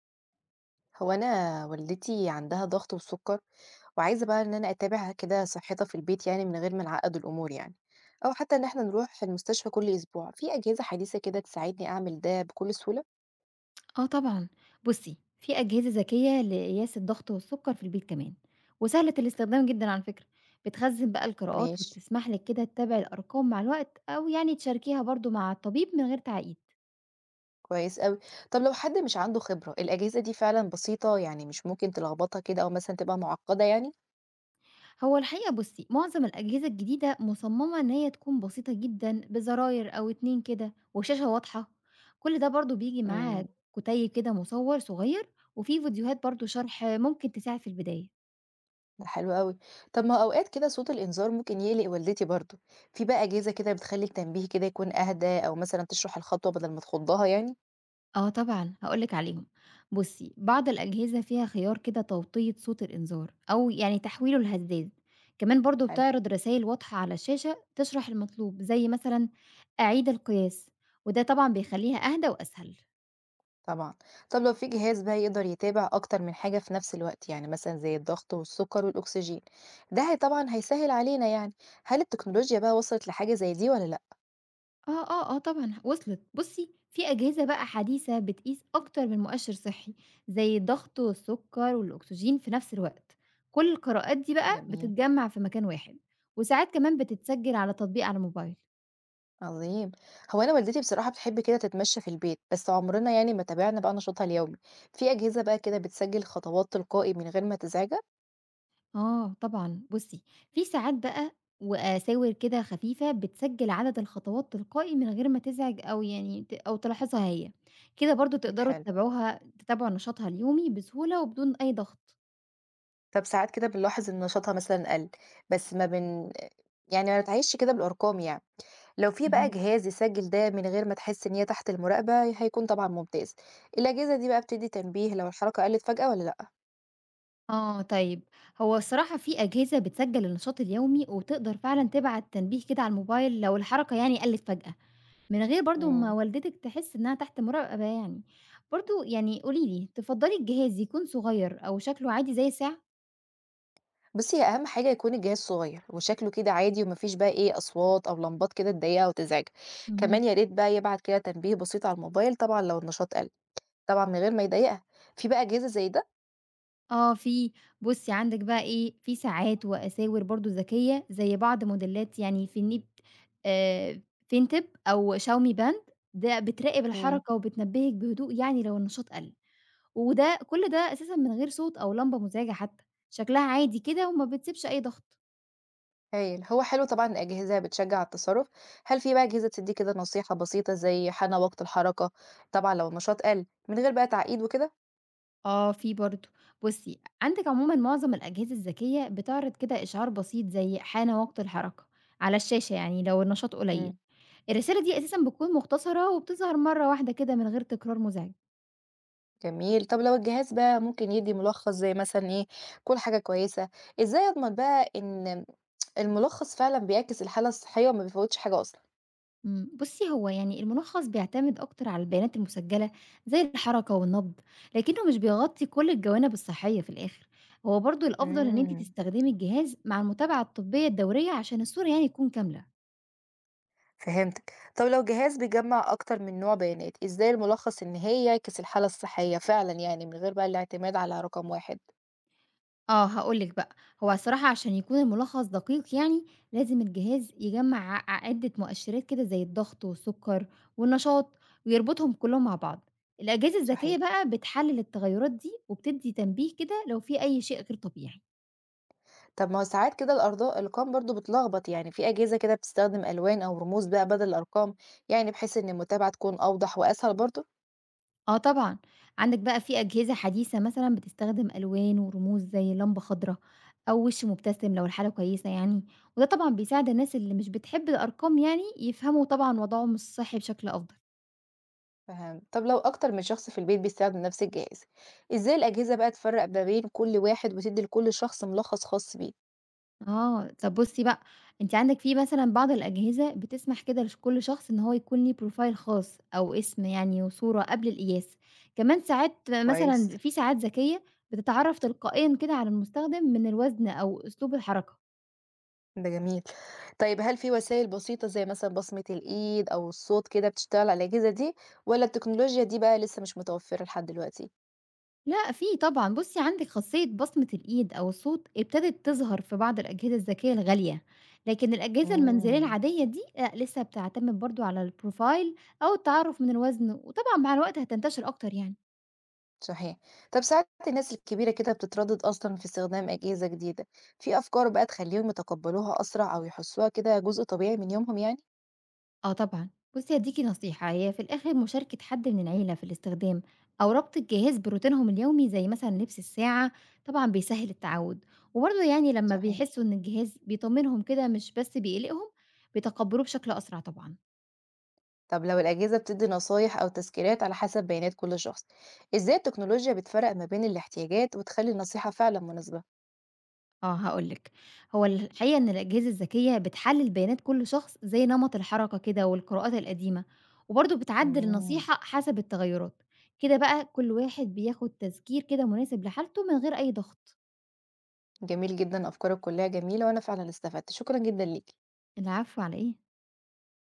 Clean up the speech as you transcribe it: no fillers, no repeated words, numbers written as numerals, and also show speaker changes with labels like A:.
A: هو أنا والدتي عندها ضغط وسُكّر، وعايزة بقى إن أنا أتابع كده صحّتها في البيت يعني من غير ما نعقّد الأمور يعني، أو حتى إن إحنا نروح المستشفى كل أسبوع، في أجهزة حديثة كده تساعدني أعمل ده بكل سهولة؟
B: آه طبعًا، بُصّي، في أجهزة ذكية لقياس الضغط والسُكّر في البيت كمان، وسهلة الاستخدام جدًا على فكرة، بتخزّن بقى القراءات
A: ماشي،
B: وبتسمح لِك كده تتابعي الأرقام مع الوقت أو يعني تشاركيها برضه مع الطبيب من غير تعقيد.
A: كويس أوي. طب لو حد مش عنده خبرة، الأجهزة دي فعلًا بسيطة يعني مش ممكن تلخبطها كده أو مثلًا تبقى معقّدة يعني؟
B: هو الحقيقة بُصّي، معظم الأجهزة الجديدة مصمّمة إن هي تكون بسيطة جدًا بزراير أو 2 كده وشاشة واضحة، كل ده برضه بييجي
A: إمم،
B: معاه كُتيب كده مُصوَّر صغير وفيه فيديوهات برضه شرح ممكن تساعد في البداية.
A: ده حلو أوي. طب ما هو أوقات كده صوت الإنذار ممكن يقلق والدتي برضه، في بقى أجهزة كده بتخلّي التنبيه كده يكون أهدى أو مثلًا تشرح الخطوة بدل ما تخضّها يعني؟
B: آه طبعًا، هاقول لِك عليهم. بُصّي، بعض الأجهزة فيها خيار كده توطية صوت الإنذار أو يعني تحويله لهزاز، كمان برضه
A: حلو.
B: بتعرض رسايل واضحة على الشاشة تشرح المطلوب، زي مثلًا أعيد القياس، وده طبعًا بيخلّيها أهدى وأسهل.
A: طبعًا. طب لو في جهاز بقى يقدر يتابع أكتر من حاجة في نفس الوقت، يعني مثلًا زي الضغط والسُكّر والأكسجين، ده هي طبعًا هيسهّل علينا يعني. هل التكنولوجيا بقى وصلت لحاجة زي دي والّا لأ؟
B: آه، طبعًا وصلت. بُصّي، في أجهزة بقى حديثة بتقيس أكتر من مؤشر صحي، زي الضغط والسكر والأكسجين في نفس الوقت. كل القراءات دي بقى
A: جميل،
B: بتتجمّع في مكان واحد، وساعات كمان بتتسجل على تطبيق على الموبايل.
A: عظيم. هو أنا والدتي بصراحة بتحب كده تتمشى في البيت، بس عمرنا يعني ما تابعنا بقى نشاطها اليومي. في أجهزة بقى كده بتسجّل خطوات تلقائي من غير ما تزعجك؟
B: آه طبعًا، بُصّي، في ساعات بقى وأساور كده خفيفة بتسجّل عدد الخطوات تلقائي من غير ما تزعج أو يعني أو تلاحظها هي، كده برضه تقدروا
A: حلو.
B: تتابعوها تتابعوا نشاطها اليومي بسهولة وبدون أي ضغط.
A: طب ساعات كده بنلاحظ إن نشاطها مثلًا قَل، بس ما بن يعني ما بنتعايشش كده بالأرقام يعني. لو في بقى
B: اهم.
A: جهاز يسجل ده من غير ما تحس إن هي تحت المراقبة هيكون طبعا ممتاز. الأجهزة دي بقى بتدي تنبيه لو الحركة قلت فجأة ولا لأ؟
B: آه طيب، هو الصراحة في أجهزة بتسجّل النشاط اليومي وتقدر فعلًا تبعت تنبيه كده على الموبايل لو الحركة يعني قلّت فجأة، من غير برضه ما
A: مم.
B: والدتِك تحس إنها تحت مراقبة يعني. برضه يعني قولي لي، تفضّلي الجهاز يكون صغير أو شكله عادي زي الساعة؟
A: بس هي أهم حاجة يكون الجهاز صغير وشكله كده عادي ومفيش بقى إيه أصوات أو لمبات كده تضايقها وتزعجها.
B: اهم.
A: كمان يا ريت بقى يبعت كده تنبيه بسيط على الموبايل طبعا لو النشاط قل، طبعا من غير ما يضايقها. في بقى أجهزة زي ده؟
B: آه في، بُصّي عندِك بقى إيه، في ساعات وأساور برضه ذكية زي بعض موديلات يعني فينيب آآ فينتِب أو شاومي باند، ده بتراقب
A: مم.
B: الحركة وبتنبهِك بهدوء يعني لو النشاط قَل، وده كل ده أساسًا من غير صوت أو لمبة مزعجة حتى، شكلها عادي كده وما بتسيبش أي ضغط.
A: هايل، هو حلو طبعا الأجهزة بتشجع على التصرف. هل في بقى أجهزة تدي كده نصيحة بسيطة زي حان وقت الحركة، طبعا لو النشاط قل من غير بقى تعقيد وكده؟
B: آه في برضه، بُصّي عندِك عمومًا معظم الأجهزة الذكية بتعرض كده إشعار بسيط زي حان وقت الحركة على الشاشة يعني لو النشاط قليل.
A: مم.
B: الرسالة دي أساسًا بتكون مختصرة وبتظهر مرّة واحدة كده من غير تكرار مزعج.
A: جميل. طب لو الجهاز بقى ممكن يدّي ملخص زي مثلًا إيه، كُل حاجة كويسة، إزاي أضمن بقى إن الملخص فعلًا بيعكس الحالة الصحية وما بيفوّتش حاجة أصلًا؟
B: بُصّي، هو يعني الملخّص بيعتمد أكتر على البيانات المسجّلة زي الحركة والنبض، لكنه مش بيغطي كل الجوانب الصحية في الآخر. هو برضه الأفضل إن أنتِ
A: إمم،
B: تستخدمي الجهاز مع المتابعة الطبية الدورية عشان الصورة يعني تكون كاملة.
A: فهمتك. طب لو جهاز بيجمّع أكتر من نوع بيانات، إزاي الملخص النهائي يعكس الحالة الصحية فعلًا يعني من غير بقى الاعتماد على رقم واحد؟
B: آه، هاقول لِك بقى، هو الصراحة عشان يكون الملخص دقيق يعني، لازم الجهاز يجمّع عدة مؤشرات كده زي الضغط والسكر والنشاط ويربطهم كلّهم مع بعض. الأجهزة
A: صحيح.
B: الذكية بقى بتحلل التغيرات دي وبتدّي تنبيه كده لو في أي شيء غير طبيعي.
A: طب ما هو ساعات كده الأرقام برضه بتلخبط، يعني في أجهزة كده بتستخدم ألوان أو رموز بقى بدل الأرقام، يعني بحيث إن المتابعة تكون أوضح وأسهل برضه؟
B: آه طبعًا، عندك بقى في أجهزة حديثة مثلًا بتستخدم ألوان ورموز زي لمبة خضرا أو وِش مبتسم لو الحالة كويسة يعني، وده طبعًا بيساعد الناس اللي مش بتحب الأرقام يعني يفهموا طبعًا وضعهم الصحّي بشكل أفضل.
A: فهمت. طب لو أكتر من شخص في البيت بيستخدم نفس الجهاز، إزاي الأجهزة بقى تفرق ما بين كل واحد وتدي لكل شخص ملخص خاص بيه؟
B: آه، طب بُصّي بقى، أنتِ عندِك في مثلًا بعض الأجهزة بتسمح كده كل شخص إن هو يكون ليه profile خاص أو اسم يعني وصورة قبل القياس، كمان ساعات
A: كويس،
B: مثلًا في ساعات ذكية بتتعرّف تلقائيًا كده على المستخدم من الوزن أو أسلوب الحركة.
A: ده جميل. طيب هل في وسائل بسيطة زي مثلا بصمة الإيد أو الصوت كده بتشتغل على الأجهزة دي ولا التكنولوجيا دي بقى لسه مش متوفرة لحد دلوقتي؟
B: لأ، في طبعًا، بُصّي عندِك خاصية بصمة الإيد أو الصوت ابتدت تظهر في بعض الأجهزة الذكية الغالية، لكن الأجهزة المنزلية
A: امم
B: العادية دي لأ، لسه بتعتمد برضه على الprofile أو التعرّف من الوزن، وطبعًا مع الوقت هتنتشر أكتر يعني.
A: صحيح. طب ساعات الناس الكبيرة كده بتتردد أصلا في استخدام أجهزة جديدة، في أفكار بقى تخليهم يتقبلوها أسرع أو يحسوها كده جزء طبيعي من يومهم يعني؟
B: آه طبعًا، بُصّي هادّيكِ نصيحة، هي في الآخر مشاركة حد من العيلة في الاستخدام أو ربط الجهاز بروتينهم اليومي زي مثلًا لبس الساعة، طبعًا بيسهّل التعوّد، وبرضه يعني لمّا
A: صحيح.
B: بيحسّوا إن الجهاز بيطمّنهم كده مش بس بيقلقهم، بيتقبّلوه بشكل أسرع طبعًا.
A: طب لو الأجهزة بتدي نصايح أو تذكيرات على حسب بيانات كل شخص، إزاي التكنولوجيا بتفرق ما بين الاحتياجات وتخلي النصيحة فعلا مناسبة؟
B: آه هاقول لِك، هو الحقيقة إن الأجهزة الذكية بتحلّل بيانات كل شخص زي نمط الحركة كده والقراءات القديمة، وبرضه بتعدّل
A: امم
B: النصيحة حسب التغيُّرات، كده بقى كل واحد بياخُد تذكير كده مناسب لحالته من غير أي ضغط.
A: جميل جدا أفكارك كلها جميلة وأنا فعلا استفدت، شكرا جدا ليك.
B: العفو على إيه؟